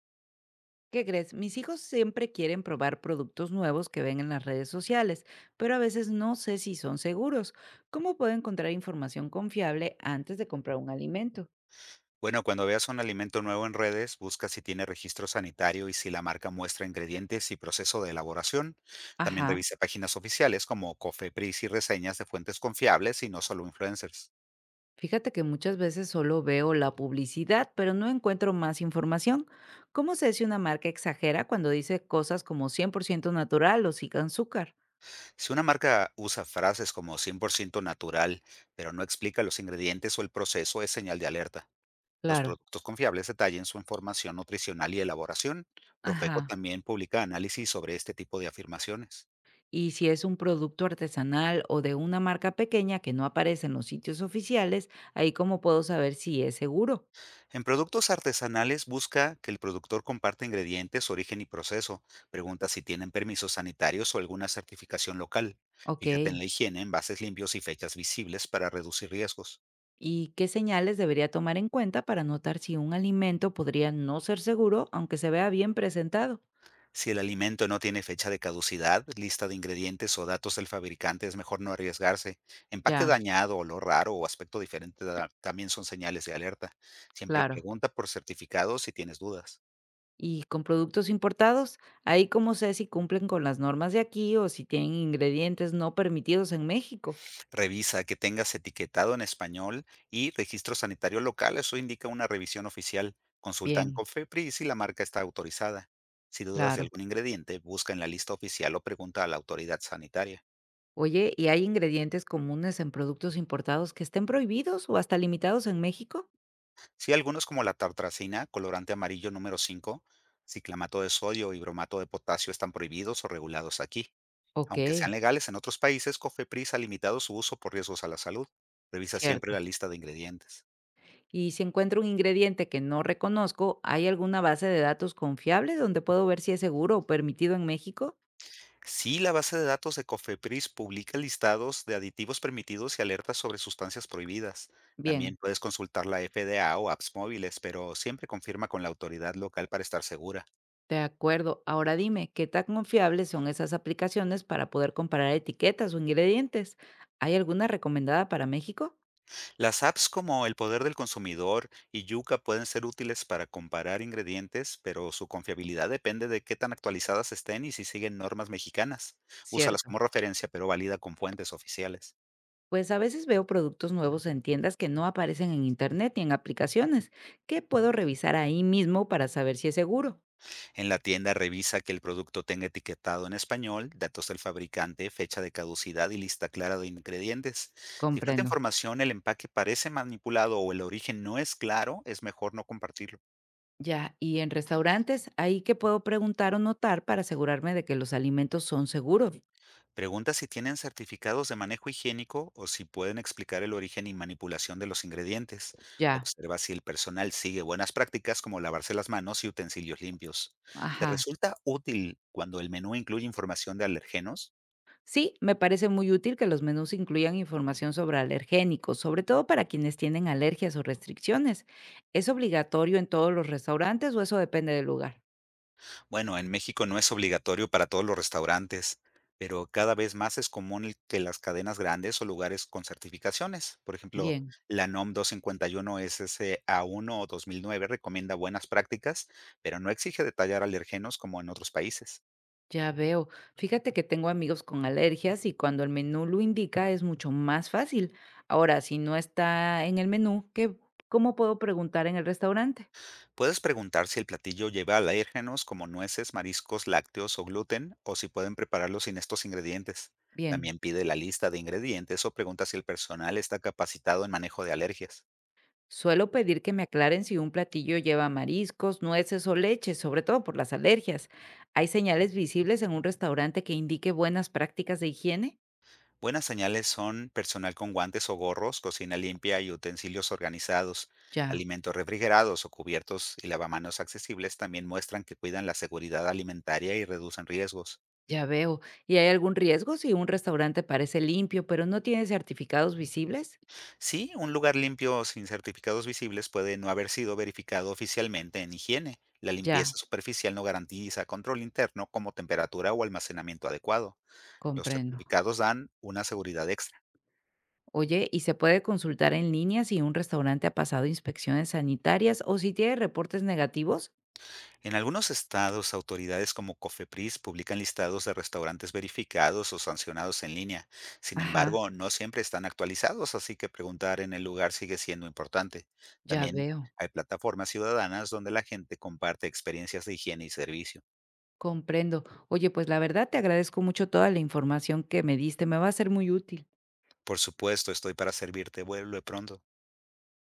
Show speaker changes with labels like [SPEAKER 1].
[SPEAKER 1] ¿Qué crees? Mis hijos siempre quieren probar productos nuevos que ven en las redes sociales, pero a veces no sé si son seguros. ¿Cómo puedo encontrar información confiable antes de comprar un alimento?
[SPEAKER 2] Bueno, cuando veas un alimento nuevo en redes, busca si tiene registro sanitario y si la marca muestra ingredientes y proceso de elaboración. También
[SPEAKER 1] Ajá.
[SPEAKER 2] revisa páginas oficiales como Cofepris y reseñas de fuentes confiables y no solo influencers.
[SPEAKER 1] Fíjate que muchas veces solo veo la publicidad, pero no encuentro más información. ¿Cómo sé si una marca exagera cuando dice cosas como 100% natural o sin azúcar?
[SPEAKER 2] Si una marca usa frases como 100% natural, pero no explica los ingredientes o el proceso, es señal de alerta. Los
[SPEAKER 1] Claro.
[SPEAKER 2] productos confiables detallan su información nutricional y elaboración. Profeco
[SPEAKER 1] Ajá.
[SPEAKER 2] también publica análisis sobre este tipo de afirmaciones.
[SPEAKER 1] Y si es un producto artesanal o de una marca pequeña que no aparece en los sitios oficiales, ahí cómo puedo saber si es seguro.
[SPEAKER 2] En productos artesanales busca que el productor comparta ingredientes, origen y proceso. Pregunta si tienen permisos sanitarios o alguna certificación local.
[SPEAKER 1] Ok.
[SPEAKER 2] Fíjate en la higiene, envases limpios y fechas visibles para reducir riesgos.
[SPEAKER 1] ¿Y qué señales debería tomar en cuenta para notar si un alimento podría no ser seguro aunque se vea bien presentado?
[SPEAKER 2] Si el alimento no tiene fecha de caducidad, lista de ingredientes o datos del fabricante, es mejor no arriesgarse. Empaque
[SPEAKER 1] Ya,
[SPEAKER 2] dañado, olor raro o aspecto diferente también son señales de alerta. Siempre
[SPEAKER 1] claro.
[SPEAKER 2] pregunta por certificados si tienes dudas.
[SPEAKER 1] Y con productos importados, ahí cómo sé si cumplen con las normas de aquí o si tienen ingredientes no permitidos en México.
[SPEAKER 2] Revisa que tengas etiquetado en español y registro sanitario local, eso indica una revisión oficial. Consulta en
[SPEAKER 1] Bien,
[SPEAKER 2] COFEPRIS si la marca está autorizada. Si dudas de
[SPEAKER 1] claro.
[SPEAKER 2] algún ingrediente, busca en la lista oficial o pregunta a la autoridad sanitaria.
[SPEAKER 1] Oye, ¿y hay ingredientes comunes en productos importados que estén prohibidos o hasta limitados en México?
[SPEAKER 2] Si algunos como la tartracina, colorante amarillo número 5, ciclamato de sodio y bromato de potasio están prohibidos o regulados aquí.
[SPEAKER 1] Ok,
[SPEAKER 2] Aunque sean legales en otros países, COFEPRIS ha limitado su uso por riesgos a la salud. Revisa siempre
[SPEAKER 1] cierto.
[SPEAKER 2] la lista de ingredientes.
[SPEAKER 1] Y si encuentro un ingrediente que no reconozco, ¿hay alguna base de datos confiable donde puedo ver si es seguro o permitido en México?
[SPEAKER 2] Sí, la base de datos de Cofepris publica listados de aditivos permitidos y alertas sobre sustancias prohibidas.
[SPEAKER 1] Bien,
[SPEAKER 2] También puedes consultar la FDA o apps móviles, pero siempre confirma con la autoridad local para estar segura.
[SPEAKER 1] de acuerdo. Ahora dime, ¿qué tan confiables son esas aplicaciones para poder comparar etiquetas o ingredientes? ¿Hay alguna recomendada para México?
[SPEAKER 2] Las apps como El Poder del Consumidor y Yuka pueden ser útiles para comparar ingredientes, pero su confiabilidad depende de qué tan actualizadas estén y si siguen normas mexicanas. Úsalas
[SPEAKER 1] Cierto.
[SPEAKER 2] como referencia, pero valida con fuentes oficiales.
[SPEAKER 1] Pues a veces veo productos nuevos en tiendas que no aparecen en internet ni en aplicaciones, que puedo revisar ahí mismo para saber si es seguro.
[SPEAKER 2] En la tienda revisa que el producto tenga etiquetado en español, datos del fabricante, fecha de caducidad y lista clara de ingredientes. Si falta
[SPEAKER 1] Comprendo.
[SPEAKER 2] información, el empaque parece manipulado o el origen no es claro, es mejor no compartirlo.
[SPEAKER 1] Ya, y en restaurantes, ahí que puedo preguntar o notar para asegurarme de que los alimentos son seguros.
[SPEAKER 2] Pregunta si tienen certificados de manejo higiénico o si pueden explicar el origen y manipulación de los ingredientes.
[SPEAKER 1] Ya,
[SPEAKER 2] Observa si el personal sigue buenas prácticas como lavarse las manos y utensilios limpios. ¿Te
[SPEAKER 1] ajá.
[SPEAKER 2] resulta útil cuando el menú incluye información de alergenos?
[SPEAKER 1] Sí, me parece muy útil que los menús incluyan información sobre alergénicos, sobre todo para quienes tienen alergias o restricciones. ¿Es obligatorio en todos los restaurantes o eso depende del lugar?
[SPEAKER 2] Bueno, en México no es obligatorio para todos los restaurantes, pero cada vez más es común el que las cadenas grandes o lugares con certificaciones, por ejemplo,
[SPEAKER 1] Bien.
[SPEAKER 2] la NOM 251 SSA1 o 2009 recomienda buenas prácticas, pero no exige detallar alérgenos como en otros países.
[SPEAKER 1] Ya veo. Fíjate que tengo amigos con alergias y cuando el menú lo indica es mucho más fácil. Ahora, si no está en el menú, ¿qué, cómo puedo preguntar en el restaurante?
[SPEAKER 2] Puedes preguntar si el platillo lleva alérgenos como nueces, mariscos, lácteos o gluten, o si pueden prepararlo sin estos ingredientes.
[SPEAKER 1] Bien,
[SPEAKER 2] También pide la lista de ingredientes o pregunta si el personal está capacitado en manejo de alergias.
[SPEAKER 1] suelo pedir que me aclaren si un platillo lleva mariscos, nueces o leche, sobre todo por las alergias. ¿Hay señales visibles en un restaurante que indique buenas prácticas de higiene?
[SPEAKER 2] Buenas señales son personal con guantes o gorros, cocina limpia y utensilios organizados,
[SPEAKER 1] Ya,
[SPEAKER 2] alimentos refrigerados o cubiertos y lavamanos accesibles también muestran que cuidan la seguridad alimentaria y reducen riesgos.
[SPEAKER 1] ya veo. ¿Y hay algún riesgo si un restaurante parece limpio, pero no tiene certificados visibles?
[SPEAKER 2] Sí, un lugar limpio sin certificados visibles puede no haber sido verificado oficialmente en higiene. La
[SPEAKER 1] Ya,
[SPEAKER 2] limpieza superficial no garantiza control interno como temperatura o almacenamiento adecuado. Los
[SPEAKER 1] comprendo.
[SPEAKER 2] certificados dan una seguridad extra.
[SPEAKER 1] Oye, ¿y se puede consultar en línea si un restaurante ha pasado inspecciones sanitarias o si tiene reportes negativos?
[SPEAKER 2] En algunos estados, autoridades como COFEPRIS publican listados de restaurantes verificados o sancionados en línea. Sin
[SPEAKER 1] Ajá,
[SPEAKER 2] embargo, no siempre están actualizados, así que preguntar en el lugar sigue siendo importante.
[SPEAKER 1] ya
[SPEAKER 2] También
[SPEAKER 1] veo,
[SPEAKER 2] hay plataformas ciudadanas donde la gente comparte experiencias de higiene y servicio.
[SPEAKER 1] comprendo. Oye, pues la verdad te agradezco mucho toda la información que me diste, me va a ser muy útil.
[SPEAKER 2] Por supuesto, estoy para servirte. Vuelve pronto.